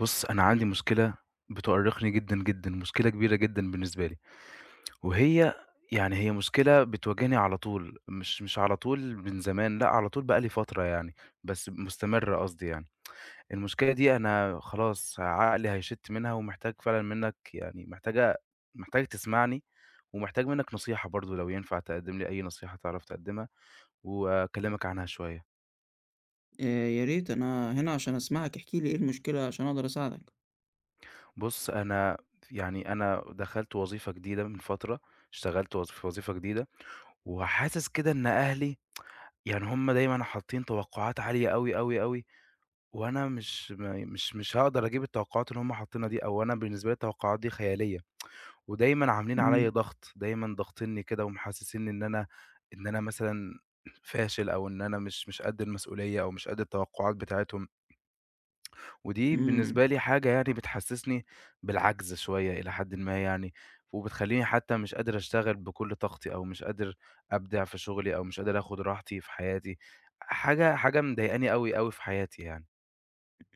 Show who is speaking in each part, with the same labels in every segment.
Speaker 1: بُص، أنا عندي مشكلة بتؤرقني جدًا، جدًا، مشكلة كبيرة جدًا بالنسبة لي، وهي يعني هي مشكلة بتواجهني على طول، مش على طول من زمان، لأ، على طول بقى لي فترة يعني، بس مستمرة قصدي يعني. المشكلة دي أنا خلاص عقلي هيشِت منها ومحتاج فعلًا منّك يعني محتاج تسمعني، ومحتاج منّك نصيحة برضه لو ينفع تقدّم لي أي نصيحة تعرف تقدّمها، وأكلّمك عنها شوية.
Speaker 2: يا ريت، أنا هنا عشان أسمعك، احكِ لي إيه المشكلة عشان أقدر أساعدك.
Speaker 1: بُص، أنا يعني أنا دخلت وظيفة جديدة من فترة، اشتغلت في وظيفة جديدة، وحاسس كده إن أهلي يعني هُم دايمًا حاطين توقعات عالية أوي، أوي، أوي، وأنا مش م مش مش هاقدر أجيب التوقعات اللي هُم حاطينها دي، أو أنا بالنسبة لي التوقعات دي خيالية، ودايمًا عاملين عليَّ
Speaker 2: إمم،
Speaker 1: ضغط، دايمًا ضاغطينّي كده ومحسسينّي إن أنا مثلًا فاشل، أو إن أنا مش قد المسؤولية، أو مش قد التوقعات بتاعتهم. ودي
Speaker 2: إمم،
Speaker 1: بالنسبة لي حاجة يعني بتحسسني بالعجز شوية إلى حدٍ ما يعني، وبتخلّيني حتى مش قادر أشتغل بكل طاقتي أو مش قادر أبدع في شغلي أو مش قادر آخُد راحتي في حياتي، حاجة مضايقاني أوي، أوي في حياتي يعني.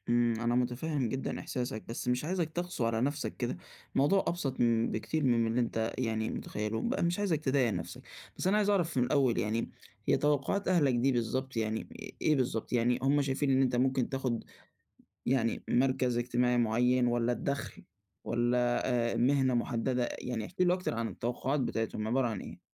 Speaker 2: إمم، أنا مُتفهِّم جدًا إحساسك، بس مش عايزك تقسو على نَفْسك كده، الموضوع أبسط بكتير من اللي أنت يعني متخيّله، مش عايزك تضايق نَفْسك. بس أنا عايز أعرف من الأول يعني هي توقُّعات أهلك دي بالضبط يعني إيه بالضبط؟ يعني هم شايفين إن أنت ممكن تاخُد يعني مركز اجتماعي معيّن والّا الدَخْل والّا مهنة مُحدّدة؟ يعني احكِ لي أكتر عن التوقُّعات بتاعتهم عبارة عن إيه؟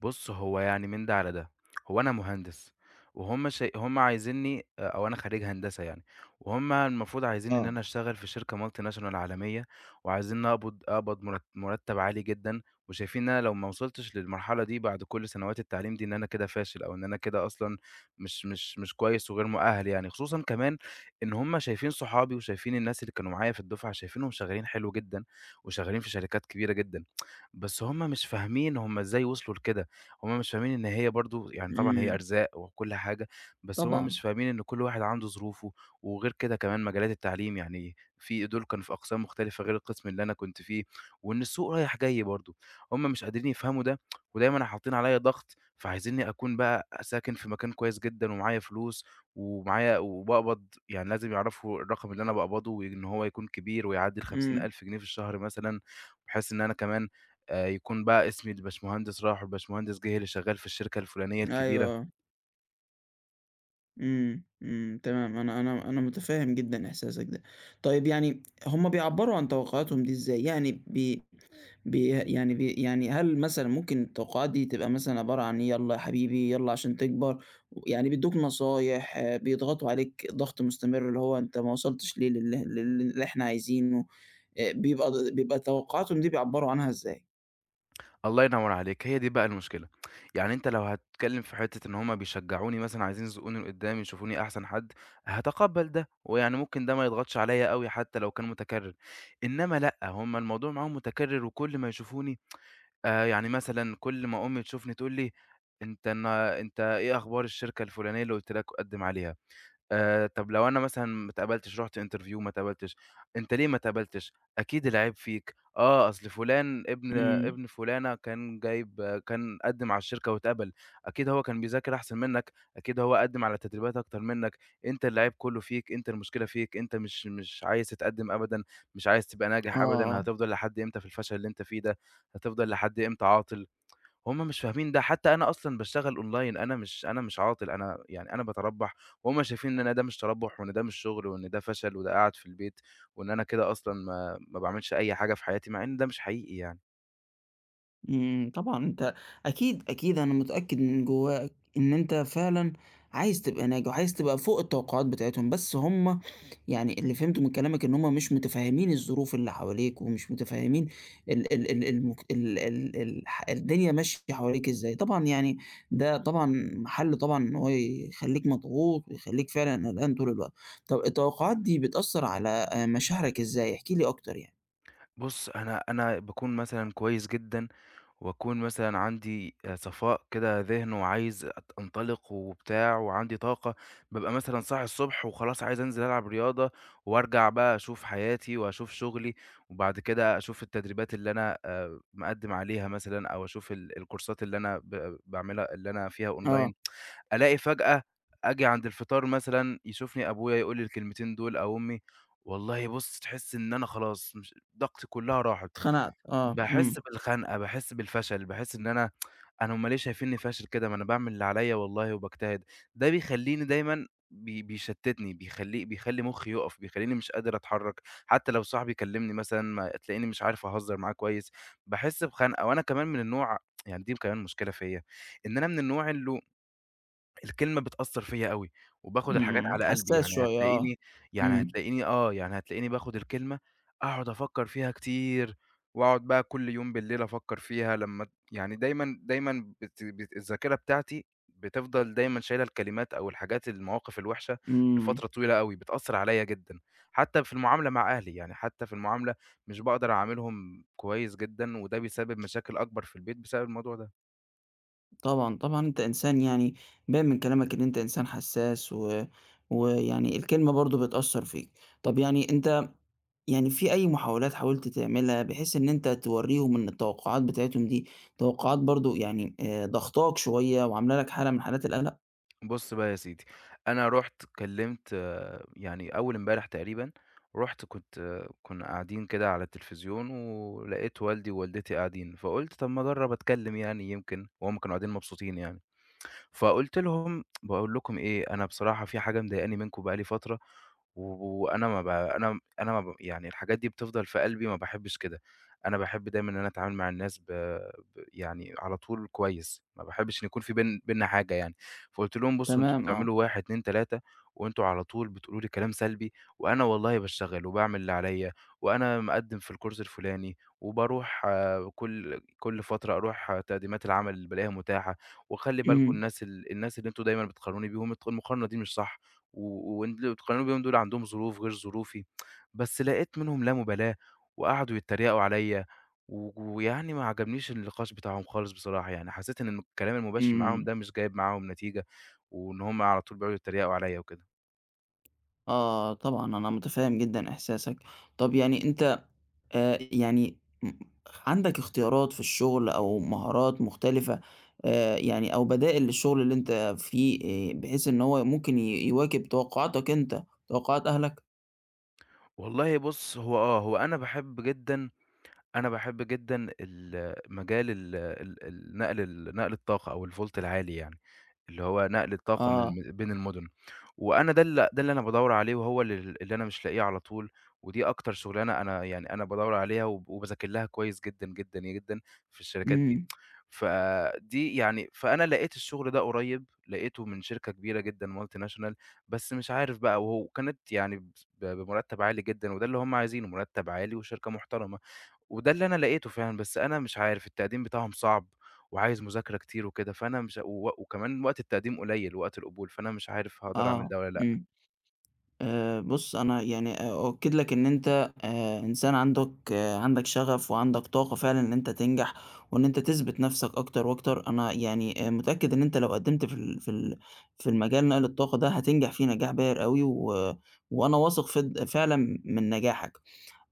Speaker 1: بُص، هو يعني من ده على ده. هو أنا مهندس وهُم شا هُم عايزينّي أو أنا خريج هندسة يعني، وهُم المفروض عايزينّي إن
Speaker 2: آه.
Speaker 1: أنا أشتغل في شركة multi national عالمية وعايزينّي أقبض مرتّب عالي جدًا وشايفين إن أنا لو ما وصلتش للمرحلة دي بعد كل سنوات التعليم دي إن أنا كده فاشل أو إن أنا كده أصلًا مش كويس وغير مؤهَّل يعني. خصوصًا كمان إن هُم شايفين صحابي وشايفين الناس اللي كانوا معايا في الدُفعة، شايفينهم شغّالين حلو جدًا وشغّالين في شركات كبيرة جدًا، بس هُم مش فاهمين هُم إزاي وصلوا لكده. هُم مش فاهمين إن هي برضه يعني طبعًا هي
Speaker 2: إمم،
Speaker 1: أرزاق وكل حاجة، بس هُم
Speaker 2: طبعًا.
Speaker 1: مش فاهمين إن كل واحد عنده ظروفه، وغير كده كمان مجالات التعليم يعني في دول كانوا في أقسام مختلفة غير القسم اللي أنا كنت فيه، وإن السوق رايح جاي برضه، هُم مش قادرين يفهموا ده، ودايمًا حاطين عليَّ ضغط، فعايزينّي أكون بقى ساكن في مكان كويس جدًا ومعايا فلوس ومعايا وباقبض يعني لازم يعرفوا الرقم اللي أنا باقبضه وإن هو يكون كبير ويعدّي ال50.000
Speaker 2: إمم.
Speaker 1: جنيه في الشهر مثلًا، بحيث إن أنا كمان يكون بقى اسم الباشمهندس راح والباشمهندس جِه اللي شغّال في الشركة الفلانية
Speaker 2: أيوه
Speaker 1: الكبيرة،
Speaker 2: آه، إمم، إمم، تمام أنا متفهم جدًا إحساسك ده. طيب يعني هُم بيعبّروا عن توقعاتهم دي إزاي؟ يعني بي بي يعني بي يعني هل مثلًا ممكن التوقعات دي تبقى مثلًا عبارة عن يالّا يا حبيبي، يالّا عشان تكبر، يعني بيدّوك نصايح، آه، بيضغطوا عليك ضغط مستمر اللي هو أنت ما وصلتش ليه لل لل للي إحنا عايزينه، بيبقى توقعاتهم دي بيعبّروا عنها إزاي؟
Speaker 1: الله ينوّر عليك، هي دي بقى المشكلة. يعني أنت لو هتتكلّم في حتّة إن هم بيشجّعوني مثلًا، عايزين يزقّوني لقدّام، يشوفوني أحسن حد، هاتقبّل ده، ويعني ممكن ده ما يضغطش عليّا أوي حتّى لو كان متكرّر. إنّما لأ، هم الموضوع معاهم متكرّر وكل ما يشوفوني يعني مثلًا كل ما أمي تشوفني تقول لي: "أنت إيه أخبار الشركة الفلانية اللي قُلت لك قدّم عليها؟" طب لو أنا مثلًا ما اتقبلتش، رُحت interview ما اتقبلتش، أنت ليه ما اتقبلتش؟ أكيد العيب فيك، آه، أصل فلان ابن
Speaker 2: إمم،
Speaker 1: ابن فلانة كان جايب آه، كان قدّم على الشركة واتقبل، أكيد هو كان بيذاكر أحسن منك، أكيد هو قدّم على تدريبات أكتر منك، أنت العيب كلّه فيك، أنت المشكلة فيك، أنت مش عايز تتقدّم أبدًا، مش عايز تبقى
Speaker 2: آه،
Speaker 1: ناجح أبدًا،
Speaker 2: آه.
Speaker 1: هتفضل لحد إمتى في الفشل اللي أنت فيه ده؟ هتفضل لحد إمتى عاطل؟ هُم مش فاهمين ده، حتى أنا أصلًا باشتغل online أنا مش عاطل، أنا يعني أنا باتربّح وهُم شايفين إن أنا ده مش تربّح وإن ده مش شغل وإن ده فشل وده قاعد في البيت وإن أنا كده أصلًا ما باعملش أي حاجة في حياتي، مع إن ده مش حقيقي يعني.
Speaker 2: إمم، طبعًا أنت أكيد، أكيد أنا متأكد من جواك إن أنت فعلًا عايز تبقى ناجح وعايز تبقى فوق التوقعات بتاعتهم، بس هُم يعني اللي فهمته من كلامك إن هُم مش متفهمين الظروف اللي حواليك ومش متفهمين ال ال ال المك ال ال ال ح الدنيا ماشية حواليك إزاي، طبعًا يعني ده طبعًا محل طبعًا إن هو يخلّيك مضغوط ويخلّيك فعلًا قلقان طول الوقت. طب التوقعات دي بتأثّر على مشاعرك إزاي؟ احكِ لي أكتر يعني.
Speaker 1: بُص، أنا باكون مثلًا كويس جدًا وأكون مثلًا عندي صفاء كده ذهن وعايز أنطلق وبتاع وعندي طاقة، بابقى مثلًا صاحي الصبح وخلاص عايز أنزل ألعب رياضة وأرجع بقى أشوف حياتي وأشوف شغلي، وبعد كده أشوف التدريبات اللي أنا مقدِّم عليها مثلًا أو أشوف الكورسات اللي أنا باعملها اللي أنا فيها
Speaker 2: آه،
Speaker 1: أونلاين، ألاقي فجأة آجي عند الفطار مثلًا يشوفني أبويا يقول لي الكلمتين دول أو أمي، والله بُص تحس إن أنا خلاص مش طاقتي كلّها راحت.
Speaker 2: اتخنقت، آه،
Speaker 1: باحس
Speaker 2: إمم.
Speaker 1: بالخنقة، باحس بالفشل، باحس إن أنا هُم ليه شايفينّي فاشل كده؟ ما أنا باعمل اللي عليّا والله وباجتهد، ده بيخلّيني دايمًا بيشتّتني، بيخلّي مُخّي يُقف، بيخلّيني مش قادر أتحرّك، حتى لو صاحبي كلّمني مثلًا ما تلاقيني مش عارف أهزّر معاه كويس، باحس بخنقة، وأنا كمان من النوع يعني دي كمان مشكلة فيّا، إن أنا من النوع اللي الكلمة بتأثّر فيّا أوي، وباخد
Speaker 2: إمم،
Speaker 1: الحاجات
Speaker 2: إمم،
Speaker 1: على قلبي،
Speaker 2: حساس
Speaker 1: يعني
Speaker 2: شوية آه،
Speaker 1: هتلاقيني يعني
Speaker 2: إمم،
Speaker 1: هتلاقيني آه، يعني هتلاقيني باخد الكلمة أقعد أفكّر فيها كتير، وأقعد بقى كل يوم بالليل أفكّر فيها لمّا يعني دايمًا دايمًا بت بت الذاكرة بتاعتي بتفضل دايمًا شايلة الكلمات أو الحاجات المواقف الوحشة
Speaker 2: إمم،
Speaker 1: لفترة طويلة أوي، بتأثّر عليّا جدًا، حتى في المعاملة مع أهلي، يعني حتى في المعاملة مش باقدر أعاملهم كويس جدًا، وده بيسبب مشاكل أكبر في البيت بسبب الموضوع ده.
Speaker 2: طبعًا، طبعًا أنت إنسان يعني باين من كلامك إن أنت إنسان حساس ويعني الكلمة برضه بتأثّر فيك، طب يعني أنت يعني في أي محاولات حاولت تعملها بحيث إن أنت تورّيهم إن التوقعات بتاعتهم دي توقعات برضه يعني ضاغطاك شوية وعاملة لك حالة من حالات القلق؟
Speaker 1: بُص بقى يا سيدي، أنا رُحت كلّمت يعني أول امبارح تقريبًا، رُحت كنت آه، كنا قاعدين كده على التلفزيون ولقيت والدي ووالدتي قاعدين، فقُلت طَب ما أجرّب أتكلّم يعني يمكن وهُم كانوا قاعدين مبسوطين يعني. فقُلت لهم باقول لكم إيه، أنا بصراحة في حاجة مضايقاني منكم بقى لي فترة، و وأنا ما ب أنا أنا ما ب يعني الحاجات دي بتفضل في قلبي ما باحبش كده، أنا باحب دايمًا إن أنا أتعامل مع الناس ب ب يعني على طول كويس، ما باحبش إن يكون في بيننا حاجة يعني، فقُلت لهم بُصّوا أنتم
Speaker 2: تمام آه،
Speaker 1: بتعملوا 1، 2، 3 وأنتم على طول بتقولوا لي كلام سلبي، وأنا والله باشتغل وباعمل اللي عليَّ، وأنا مقدّم في الcourse الفلاني، وباروح كل فترة أروح تقديمات العمل اللي بالاقيها متاحة، وخلّي بالكم
Speaker 2: إمم،
Speaker 1: الناس الناس اللي أنتم دايمًا بتقارنوني بيهم المقارنة دي مش صح، و وأنتم اللي بتقارنوني بيهم دول عندهم ظروف غير ظروفي، بس لقيت منهم لا مبالاة، وقعدوا يتريقوا عليَّ، ويعني ما عجبنيش النقاش بتاعهم خالص بصراحة، يعني حسيت إن الكلام المباشر معاهم
Speaker 2: إمم،
Speaker 1: ده مش جايب معاهم نتيجة، وإن هم على طول بيقعدوا يتريقوا عليَّ وكده.
Speaker 2: آه، طبعًا أنا متفهّم جدًا إحساسك، طب يعني أنت يعني م عندك اختيارات في الشغل أو مهارات مختلفة يعني أو بدائل للشغل اللي أنت فيه بحيث إن هو ممكن يواكب توقعاتك أنت، توقعات أهلك؟
Speaker 1: والله بُص، هو أنا باحب جدًا أنا باحب جدًا ال مجال ال ال النقل ال نقل الطاقة أو الvolt العالي يعني. اللي هو نقل الطاقة من
Speaker 2: آه،
Speaker 1: م بين المُدن، وأنا ده اللي أنا بادوّر عليه وهو اللي أنا مش لاقيه على طول، ودي أكتر شُغلانة أنا يعني أنا بادوّر عليها وباذاكر لها كويس جدًا، جدًا، جدًا في الشركات دي.
Speaker 2: إمم،
Speaker 1: فدي يعني فأنا لقيت الشُغل ده قريب، لقيته من شركة كبيرة جدًا multi national بس مش عارف بقى وهو كانت يعني بمُرتّب عالي جدًا وده اللي هم عايزينه، مُرتّب عالي وشركة محترمة. وده اللي أنا لقيته فعلًا، بس أنا مش عارف التقديم بتاعهم صعب، وعايز مذاكرة كتير وكده، فأنا مش و وكمان وقت التقديم قليل وقت القبول، فأنا مش عارف هاقدر أعمل
Speaker 2: آه،
Speaker 1: ده والّا لأ.
Speaker 2: إمم. بُص، أنا يعني أؤكد لك إن أنت إنسان عندك شغف وعندك طاقة فعلًا إن أنت تنجح، وإن أنت تثبت نَفْسك أكتر وأكتر. أنا يعني متأكد إن أنت لو قدّمت في المجال نقل الطاقة ده هتنجح فيه نجاح باهر أوي، و وأنا واثق فعلًا من نجاحك.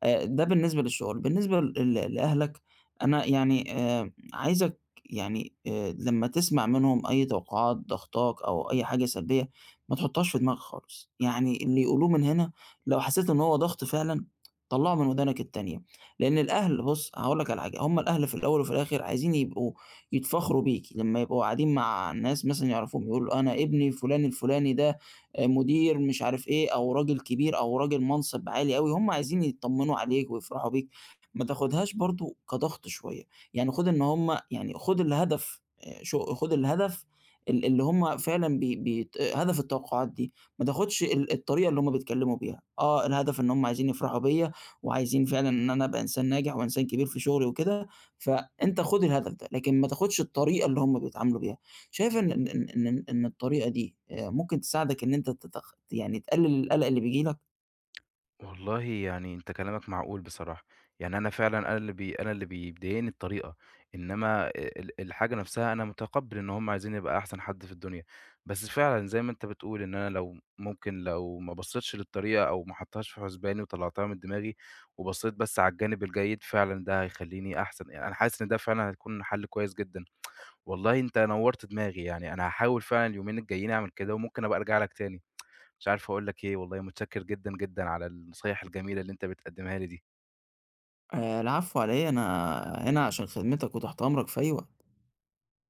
Speaker 2: ده بالنسبة للشغل، بالنسبة لأهلك أنا يعني عايزك يعني لمّا تسمع منهم أي توقعات ضاغطاك أو أي حاجة سلبية، ما تحطهاش في دماغك خالص، يعني اللي يقولوه من هنا لو حسيت إن هو ضغط فعلًا طلّعه من ودانك التانية، لإن الأهل بُص هاقول لك على حاجة، هم الأهل في الأول وفي الآخر عايزين يبقوا يتفاخروا بيك، لمّا يبقوا قاعدين مع ناس مثلًا يعرفوهم يقولوا أنا ابني فلان الفلاني ده مدير مش عارف إيه، أو راجل كبير أو راجل منصب عالي أوي، هُم عايزين يتطمنوا عليك ويفرحوا بيك، ما تاخدهاش برضه كضغط شوية، يعني خُد إن هُم يعني خُد الهدف اللي هُم فعلًا بي بيت هدف التوقعات دي، ما تاخدش الطريقة اللي هُم بيتكلموا بيها، آه الهدف إن هُم عايزين يفرحوا بيّا، وعايزين فعلًا إن أنا أبقى إنسان ناجح وإنسان كبير في شغلي وكده، فأنت خُد الهدف ده، لكن ما تاخدش الطريقة اللي هُم بيتعاملوا بيها. شايف إن الطريقة دي ممكن تساعدك إن أنت يعني تقلل القلق اللي بييجي لك؟
Speaker 1: والله يعني أنت كلامك معقول بصراحة، يعني أنا فعلًا أنا اللي بيضايقني الطريقة، إنما الحاجة نفسها أنا متقبّل إن هم عايزينّي أبقى أحسن حد في الدنيا، بس فعلًا زي ما أنت بتقول إن أنا لو ما بصيتش للطريقة أو ما حطيتهاش في حسباني وطلعتها من دماغي، وبصيت بس على الجانب الجيد فعلًا ده هيخلّيني أحسن، يعني أنا حاسس إن ده فعلًا هيكون حل كويس جدًا، والله أنت نوّرت دماغي، يعني أنا هاحاول فعلًا اليومين الجايين أعمل كده وممكن أبقى أرجع لك تاني. مش عارف أقول لك إيه، والله متشكر جدًا، جدًا على النصايح الجميلة اللي أنت بتقدّمها لي دي.
Speaker 2: العفو على إيه، أنا هنا عشان خدمتك وتحت أمرك في أي وقت.